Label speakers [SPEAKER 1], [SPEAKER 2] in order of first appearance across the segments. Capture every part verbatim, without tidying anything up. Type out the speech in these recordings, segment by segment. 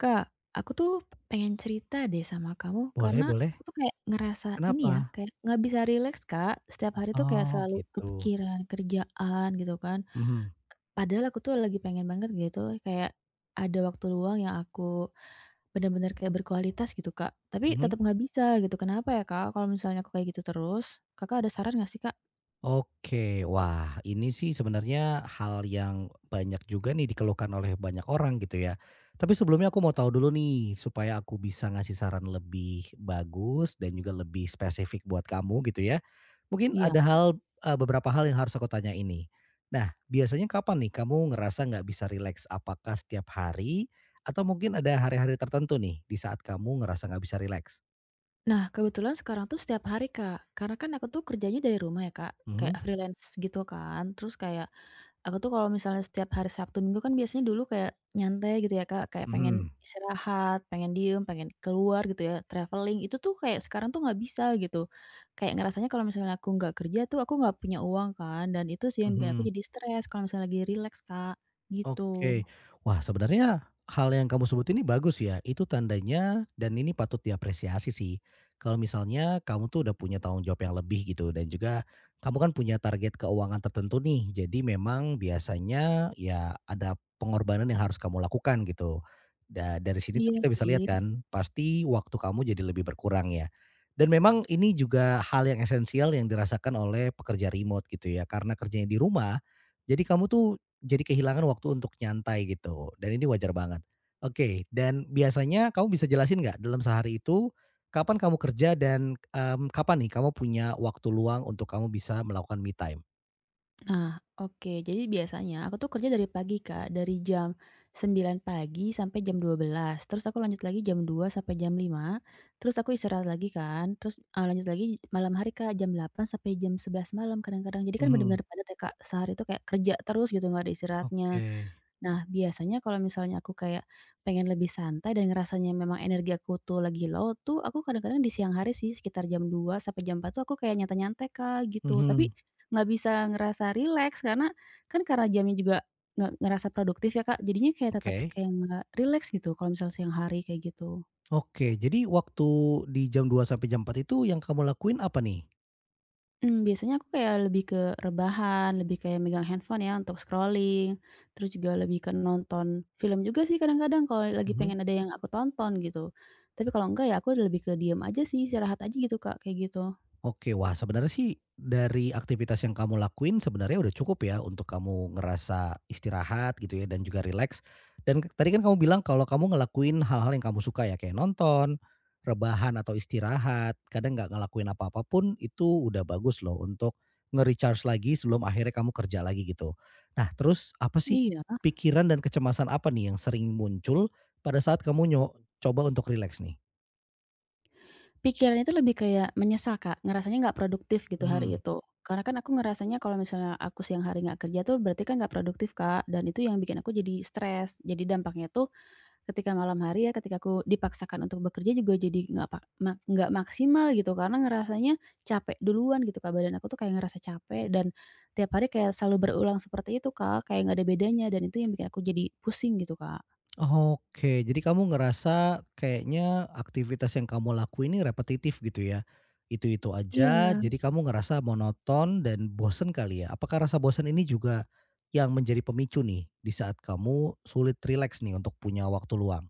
[SPEAKER 1] Kak, aku tuh pengen cerita deh sama kamu
[SPEAKER 2] Boleh
[SPEAKER 1] karena
[SPEAKER 2] boleh.
[SPEAKER 1] aku tuh kayak ngerasa ini ya,
[SPEAKER 2] Kenapa?
[SPEAKER 1] kayak nggak bisa rileks, Kak. Setiap hari tuh kayak
[SPEAKER 2] Oh
[SPEAKER 1] selalu
[SPEAKER 2] gitu.
[SPEAKER 1] kepikiran kerjaan gitu kan.
[SPEAKER 2] Mhm,
[SPEAKER 1] Padahal aku tuh lagi pengen banget gitu kayak ada waktu luang yang aku benar-benar kayak berkualitas gitu, Kak. Tapi
[SPEAKER 2] mhm.
[SPEAKER 1] tetap nggak bisa gitu. Kenapa ya, Kak? Kalau misalnya aku kayak gitu terus, Kakak ada saran nggak sih, Kak?
[SPEAKER 2] Oke. Wah, ini sih sebenarnya hal yang banyak juga nih dikeluhkan oleh banyak orang gitu ya. Tapi sebelumnya aku mau tahu dulu nih, supaya aku bisa ngasih saran lebih bagus dan juga lebih spesifik buat kamu gitu ya. Mungkin
[SPEAKER 1] Iya.
[SPEAKER 2] ada hal eee, beberapa hal yang harus aku tanya ini. Nah, biasanya kapan nih kamu ngerasa nggak bisa rileks? Apakah setiap hari? Atau mungkin ada hari-hari tertentu nih, di saat kamu ngerasa nggak bisa rileks?
[SPEAKER 1] Nah, kebetulan sekarang tuh setiap hari, Kak. Karena kan aku tuh kerjanya dari rumah ya, Kak. Kayak
[SPEAKER 2] Mhm.
[SPEAKER 1] freelance gitu kan. Terus kayak aku tuh kalau misalnya setiap hari Sabtu Minggu kan biasanya dulu kayak nyantai gitu ya, Kak, kayak pengen
[SPEAKER 2] Mhm,
[SPEAKER 1] istirahat, pengen diem, pengen keluar gitu ya, traveling, itu tuh kayak sekarang tuh nggak bisa gitu. Kayak ngerasanya kalau misalnya aku nggak kerja tuh aku nggak punya uang kan, dan itu sih yang bikin aku
[SPEAKER 2] mhm.
[SPEAKER 1] jadi stres kalau misalnya lagi relax, Kak, gitu.
[SPEAKER 2] Oke. Wah, sebenarnya hal yang kamu sebut ini bagus ya. Itu tandanya dan ini patut diapresiasi sih. Kalau misalnya kamu tuh udah punya tanggung jawab yang lebih gitu dan juga kamu kan punya target keuangan tertentu nih. Jadi memang biasanya ya ada pengorbanan yang harus kamu lakukan gitu. Da- dari sini tuh
[SPEAKER 1] Iya
[SPEAKER 2] kita bisa
[SPEAKER 1] sih.
[SPEAKER 2] lihat kan, pasti waktu kamu jadi lebih berkurang ya. Dan memang ini juga hal yang esensial yang dirasakan oleh pekerja remote gitu ya. Karena kerjanya di rumah, jadi kamu tuh jadi kehilangan waktu untuk nyantai gitu, dan ini wajar banget. Oke, dan biasanya kamu bisa jelasin nggak dalam sehari itu, kapan kamu kerja dan, mmm, kapan nih kamu punya waktu luang untuk kamu bisa melakukan me time?
[SPEAKER 1] Nah, oke. Jadi biasanya aku tuh kerja dari pagi, Kak. Dari jam sembilan pagi sampai jam dua belas. Terus aku lanjut lagi jam dua sampai jam lima. Terus aku istirahat lagi kan. Terus eee, lanjut lagi malam hari, Kak, jam delapan sampai jam sebelas malam kadang-kadang. Jadi kan
[SPEAKER 2] Mhm,
[SPEAKER 1] benar-benar padat ya, Kak. Sehari itu kayak kerja terus gitu, nggak ada istirahatnya.
[SPEAKER 2] oke,
[SPEAKER 1] Nah, biasanya kalau misalnya aku kayak pengen lebih santai dan ngerasanya memang energi aku tuh lagi low tuh, aku kadang-kadang di siang hari sih sekitar jam dua sampai jam empat tuh aku kayak nyantai-nyantai, Kak, gitu. Tapi
[SPEAKER 2] mhm.
[SPEAKER 1] nggak bisa ngerasa rileks karena kan karena jamnya juga nggak ngerasa produktif ya, Kak, jadinya kayak tetap
[SPEAKER 2] Oke.
[SPEAKER 1] kayak nggak rileks gitu kalau misalnya siang hari kayak gitu.
[SPEAKER 2] Oke, jadi waktu di jam dua sampai jam empat itu yang kamu lakuin apa nih?
[SPEAKER 1] Mmm, biasanya aku kayak lebih ke rebahan, lebih kayak megang handphone ya untuk scrolling, terus juga lebih ke nonton film juga sih kadang-kadang kalau lagi
[SPEAKER 2] Mhm.
[SPEAKER 1] pengen ada yang aku tonton gitu. Tapi kalau enggak ya aku lebih ke diem aja sih, istirahat aja gitu Kak, kayak gitu.
[SPEAKER 2] Oke, wah sebenarnya sih dari aktivitas yang kamu lakuin sebenarnya udah cukup ya untuk kamu ngerasa istirahat gitu ya dan juga relax. Dan k- tadi kan kamu bilang kalau kamu ngelakuin hal-hal yang kamu suka ya kayak nonton, rebahan atau istirahat, kadang nggak ngelakuin apa-apa pun itu udah bagus loh untuk nge-recharge lagi sebelum akhirnya kamu kerja lagi gitu. Nah, terus apa sih
[SPEAKER 1] Iya,
[SPEAKER 2] pikiran dan kecemasan apa nih yang sering muncul pada saat kamu nyo- coba untuk relax
[SPEAKER 1] pikirannya itu lebih kayak menyesal, Kak, ngerasanya nggak produktif gitu hari
[SPEAKER 2] nih?
[SPEAKER 1] itu. Karena kan aku ngerasanya kalau misalnya aku siang hari nggak kerja tuh berarti kan nggak produktif, Kak, dan itu yang bikin aku jadi stres. Jadi dampaknya tuh ketika malam hari ya, ketika aku dipaksakan untuk bekerja juga jadi nggak pak mak nggak maksimal gitu, karena ngerasanya capek duluan gitu, Kak, badan aku tuh kayak ngerasa capek dan tiap hari kayak selalu berulang seperti itu, Kak, kayak nggak ada bedanya dan itu yang bikin aku jadi pusing gitu, Kak.
[SPEAKER 2] Oke, jadi kamu ngerasa kayaknya aktivitas yang kamu lakuin ini repetitif gitu ya? Itu-itu
[SPEAKER 1] Iya.
[SPEAKER 2] aja, jadi kamu ngerasa monoton dan bosen kali ya? Apakah rasa bosen ini juga yang menjadi pemicu nih di saat kamu sulit rileks nih untuk punya waktu luang?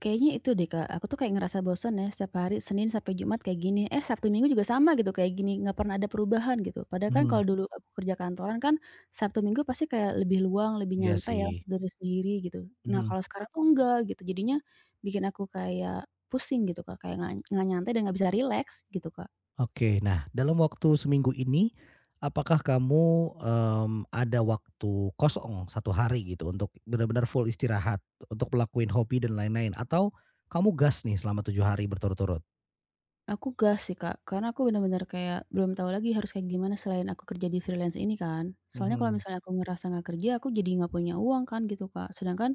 [SPEAKER 1] Kayaknya itu deh, Kak, aku tuh kayak ngerasa bosan ya setiap hari Senin sampai Jumat kayak gini, eh, Sabtu Minggu juga sama gitu kayak gini, nggak pernah ada perubahan gitu. Padahal kan
[SPEAKER 2] Mhm.
[SPEAKER 1] kalau dulu aku kerja kantoran kan Sabtu Minggu pasti kayak lebih luang, lebih
[SPEAKER 2] Iya
[SPEAKER 1] nyantai ya
[SPEAKER 2] sih.
[SPEAKER 1] untuk diri sendiri gitu. Nah,
[SPEAKER 2] Mhm.
[SPEAKER 1] kalau sekarang tuh enggak gitu, jadinya bikin aku kayak pusing gitu, Kak, kayak nggak nggak nyantai dan nggak bisa rileks gitu, Kak.
[SPEAKER 2] Oke, nah dalam waktu seminggu ini, apakah kamu, mmm, ada waktu kosong satu hari gitu untuk benar-benar full istirahat, untuk ngelakuin hobi dan lain-lain atau kamu gas nih selama tujuh hari berturut-turut?
[SPEAKER 1] Aku gas sih, Kak, karena aku bener-bener kayak belum tahu lagi harus kayak gimana selain aku kerja di freelance ini kan. Soalnya kalau
[SPEAKER 2] Mhm.
[SPEAKER 1] misalnya aku ngerasa nggak kerja, aku jadi nggak punya uang kan gitu, Kak. Sedangkan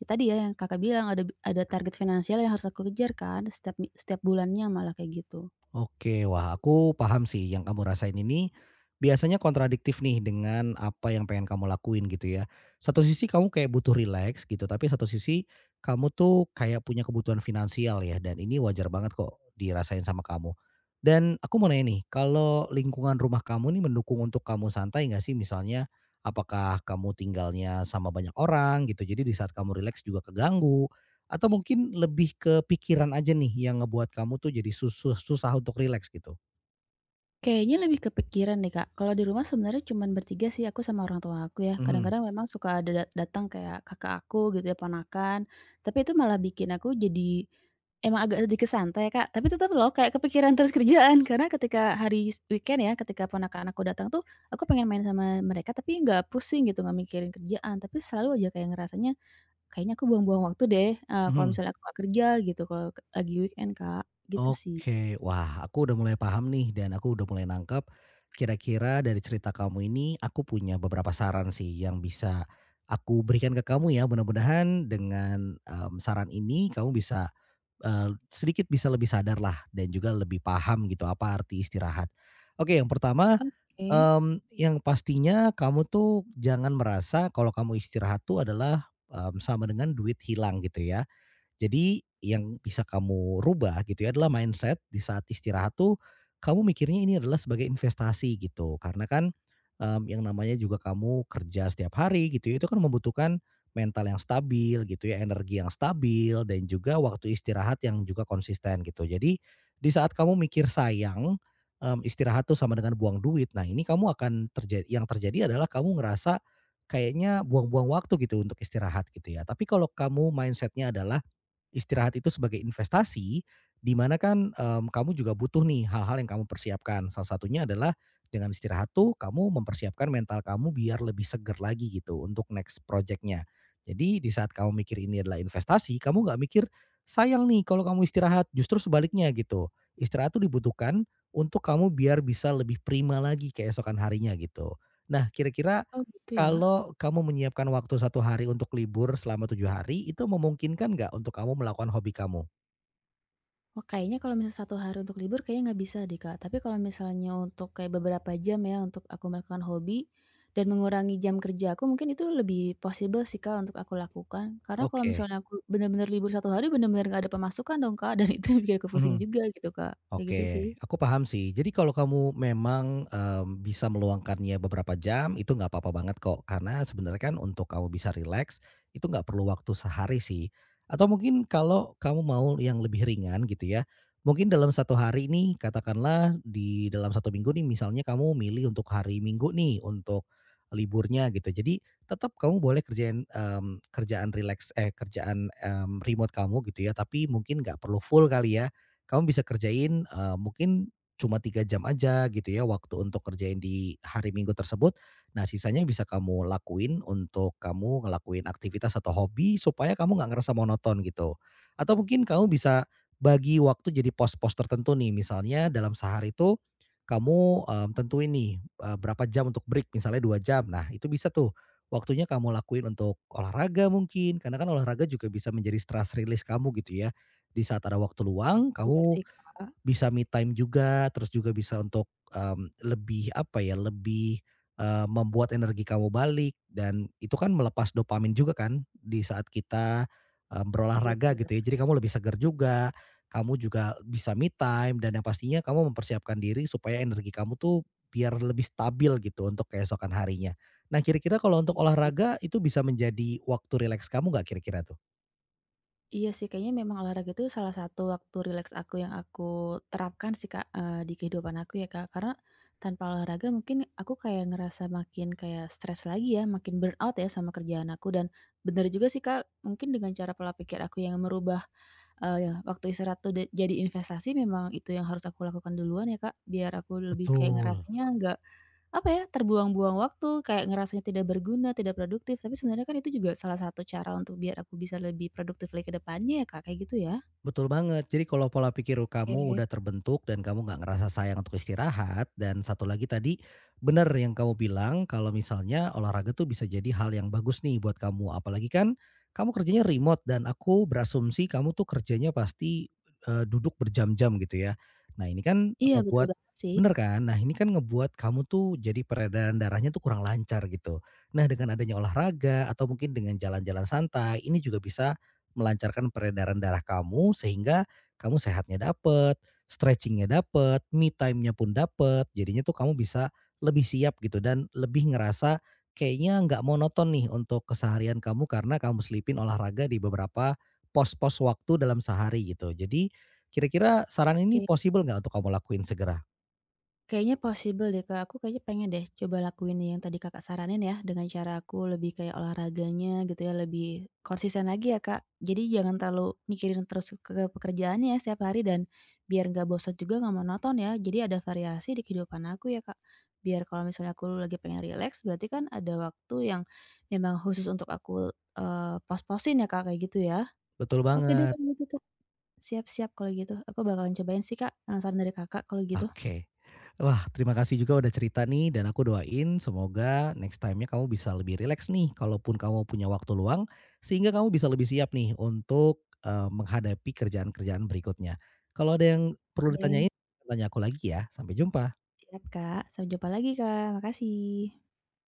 [SPEAKER 1] ya tadi ya yang Kakak bilang ada ada target finansial yang harus aku kejar kan setiap mi- setiap bulannya malah kayak gitu.
[SPEAKER 2] Oke, wah aku paham sih yang kamu rasain ini biasanya kontradiktif nih dengan apa yang pengen kamu lakuin gitu ya. Satu sisi kamu kayak butuh relax gitu, tapi satu sisi kamu tuh kayak punya kebutuhan finansial ya dan ini wajar banget kok dirasain sama kamu. Dan aku mau nanya nih, kalau lingkungan rumah kamu nih mendukung untuk kamu santai nggak sih misalnya apakah kamu tinggalnya sama banyak orang gitu. Jadi di saat kamu relax juga keganggu atau mungkin lebih ke pikiran aja nih yang ngebuat kamu tuh jadi susu susah untuk rileks gitu?
[SPEAKER 1] Kayaknya lebih kepikiran deh, Kak. Kalau di rumah sebenarnya cuman bertiga sih, aku sama orang tua aku ya.
[SPEAKER 2] Mhm,
[SPEAKER 1] Kadang-kadang memang suka ada dat datang kayak kakak aku gitu ya, ponakan. Tapi itu malah bikin aku jadi emang agak sedikit santai, Kak. Tapi tetap loh kayak kepikiran terus kerjaan. Karena ketika hari s weekend ya, ketika ponakan aku datang tuh, aku pengen main sama mereka tapi nggak pusing gitu, nggak mikirin kerjaan. Tapi selalu aja kayak ngerasanya, kayaknya aku buang-buang waktu deh, eee, kalau
[SPEAKER 2] mhm.
[SPEAKER 1] misalnya aku nggak kerja gitu, kalau ke- lagi weekend, Kak. Gitu sih.
[SPEAKER 2] Oke, wah aku udah mulai paham nih dan aku udah mulai nangkep, kira-kira dari cerita kamu ini aku punya beberapa saran sih yang bisa aku berikan ke kamu ya, mudah-mudahan dengan, mmm, saran ini kamu bisa, eee, sedikit bisa lebih sadar lah dan juga lebih paham gitu apa arti istirahat. Oke, yang pertama,
[SPEAKER 1] Oke.
[SPEAKER 2] Mmm, yang pastinya kamu tuh jangan merasa kalau kamu istirahat tuh adalah, mmm, sama dengan duit hilang gitu ya. Jadi yang bisa kamu rubah gitu ya adalah mindset di saat istirahat tuh kamu mikirnya ini adalah sebagai investasi gitu. Karena kan, mmm, yang namanya juga kamu kerja setiap hari gitu ya, itu kan membutuhkan mental yang stabil gitu ya, energi yang stabil dan juga waktu istirahat yang juga konsisten gitu. Jadi di saat kamu mikir sayang, mmm, istirahat tuh sama dengan buang duit, nah ini kamu akan terjadi yang terjadi adalah kamu ngerasa kayaknya buang-buang waktu gitu untuk istirahat gitu ya. Tapi kalau kamu mindsetnya adalah istirahat itu sebagai investasi, di mana kan, mmm, kamu juga butuh nih hal-hal yang kamu persiapkan. Salah satunya adalah dengan istirahat tuh kamu mempersiapkan mental kamu biar lebih seger lagi gitu untuk next project. Jadi di saat kamu mikir ini adalah investasi, kamu nggak mikir, "Sayang nih kalau kamu istirahat." Justru sebaliknya gitu. Istirahat tuh dibutuhkan untuk kamu biar bisa lebih prima lagi keesokan harinya gitu. Nah kira-kira
[SPEAKER 1] Oh, gitu ya?
[SPEAKER 2] kalau kamu menyiapkan waktu satu hari untuk libur selama tujuh hari, itu memungkinkan nggak untuk kamu melakukan hobi kamu?
[SPEAKER 1] Oh, kayaknya kalau misal satu hari untuk libur kayaknya nggak bisa deh, Kak. Tapi kalau misalnya untuk kayak beberapa jam ya untuk aku melakukan hobi dan mengurangi jam kerja aku, mungkin itu lebih possible sih, Kak, untuk aku lakukan. Karena kalau
[SPEAKER 2] Oke,
[SPEAKER 1] misalnya aku benar-benar libur satu hari, benar-benar nggak ada pemasukan dong, Kak, dan itu bikin aku pusing
[SPEAKER 2] mhm.
[SPEAKER 1] juga gitu, Kak. Kayak gitu sih.
[SPEAKER 2] Oke, aku paham sih. Jadi kalau kamu memang, mmm, bisa meluangkannya beberapa jam itu nggak apa-apa banget kok, karena sebenarnya kan untuk kamu bisa rileks itu nggak perlu waktu sehari sih. Atau mungkin kalau kamu mau yang lebih ringan gitu ya, mungkin dalam satu hari ini, katakanlah di dalam satu minggu nih misalnya kamu milih untuk hari Minggu nih untuk liburnya gitu. Jadi tetap kamu boleh kerjain, mmm, kerjaan relax, eh, kerjaan, mmm, remote kamu gitu ya, tapi mungkin nggak perlu full kali ya kamu bisa kerjain, eee, mungkin cuma tiga jam aja gitu ya waktu untuk kerjain di hari Minggu tersebut. Nah sisanya bisa kamu lakuin untuk kamu ngelakuin aktivitas atau hobi supaya kamu nggak ngerasa monoton gitu. Atau mungkin kamu bisa bagi waktu jadi pos-pos tertentu nih misalnya dalam sehari itu kamu, mmm, tentuin nih, eee, berapa jam untuk break misalnya dua jam. Nah itu bisa tuh waktunya kamu lakuin untuk olahraga mungkin, karena kan olahraga juga bisa menjadi stress release kamu gitu ya di saat ada waktu luang
[SPEAKER 1] Iya
[SPEAKER 2] kamu
[SPEAKER 1] sih, Kak.
[SPEAKER 2] bisa me time juga, terus juga bisa untuk, mmm, lebih apa ya, lebih, eee, membuat energi kamu balik dan itu kan melepas dopamin juga kan di saat kita, eee,
[SPEAKER 1] Iya
[SPEAKER 2] berolahraga
[SPEAKER 1] iya.
[SPEAKER 2] gitu ya. Jadi kamu lebih segar juga, kamu juga bisa me time dan yang pastinya kamu mempersiapkan diri supaya energi kamu tuh biar lebih stabil gitu untuk keesokan harinya. Nah kira-kira kalau untuk
[SPEAKER 1] Iya sih.
[SPEAKER 2] olahraga itu bisa menjadi waktu rileks kamu nggak kira-kira tuh?
[SPEAKER 1] Iya sih, kayaknya memang olahraga itu salah satu waktu rileks aku yang aku terapkan sih, Kak, eee, di kehidupan aku ya, Kak. Karena tanpa olahraga mungkin aku kayak ngerasa makin kayak stres lagi ya, makin burn out ya sama kerjaan aku dan bener juga sih, Kak, mungkin dengan cara pola pikir aku yang merubah, eee, ya, waktu istirahat tuh de jadi investasi memang itu yang harus aku lakukan duluan ya, Kak, biar aku lebih kayak
[SPEAKER 2] Betul.
[SPEAKER 1] ngerasanya nggak apa ya, terbuang-buang waktu, kayak ngerasanya tidak berguna, tidak produktif, tapi sebenarnya kan itu juga salah satu cara untuk biar aku bisa lebih produktif lagi ke depannya ya, Kak, kayak gitu ya?
[SPEAKER 2] Betul banget. Jadi kalau pola pikir kamu
[SPEAKER 1] Oke.
[SPEAKER 2] udah terbentuk dan kamu nggak ngerasa sayang untuk istirahat dan satu lagi tadi benar yang kamu bilang kalau misalnya olahraga tuh bisa jadi hal yang bagus nih buat kamu. Apalagi kan kamu kerjanya remote dan aku berasumsi kamu tuh kerjanya pasti eh, duduk berjam-jam gitu ya. Nah ini kan
[SPEAKER 1] Iya betul
[SPEAKER 2] ngebuat
[SPEAKER 1] banget sih,
[SPEAKER 2] Bener kan? Nah ini kan ngebuat kamu tuh jadi peredaran darahnya tuh kurang lancar gitu. Nah dengan adanya olahraga atau mungkin dengan jalan-jalan santai ini juga bisa melancarkan peredaran darah kamu sehingga kamu sehatnya dapet, stretchingnya nya dapet, me time-nya pun dapet. Jadinya tuh kamu bisa lebih siap gitu dan lebih ngerasa kayaknya nggak monoton nih untuk keseharian kamu karena kamu selipin olahraga di beberapa pos-pos waktu dalam sehari gitu. Jadi kira-kira saran ini
[SPEAKER 1] oke.
[SPEAKER 2] possible nggak untuk kamu lakuin segera?
[SPEAKER 1] Kayaknya possible deh, Kak. Aku kayaknya pengen deh coba lakuin yang tadi Kakak saranin ya, dengan cara aku lebih kayak olahraganya gitu ya, lebih konsisten lagi ya, Kak. Jadi jangan terlalu mikirin terus ke pekerjaannya ya setiap hari dan biar nggak bosan juga, nggak monoton ya. Jadi ada variasi di kehidupan aku ya, Kak. Biar kalau misalnya aku lagi pengen relax, berarti kan ada waktu yang memang khusus untuk aku, eee, pos-posin ya, Kak, kayak gitu ya.
[SPEAKER 2] Betul
[SPEAKER 1] Oke deh
[SPEAKER 2] banget.
[SPEAKER 1] kalau gitu, Kak. Siap siap kalau gitu. Aku bakalan cobain sih, Kak, eee, saran dari Kakak kalau gitu.
[SPEAKER 2] Oke. Wah, terima kasih juga udah cerita nih dan aku doain semoga next time-nya kamu bisa lebih rileks nih kalaupun kamu punya waktu luang sehingga kamu bisa lebih siap nih untuk, eee, menghadapi kerjaan-kerjaan berikutnya. Kalau ada yang perlu
[SPEAKER 1] Oke.
[SPEAKER 2] ditanyain, tanya aku lagi ya. Sampai jumpa.
[SPEAKER 1] Siap Kak, sampai jumpa lagi Kak, makasih.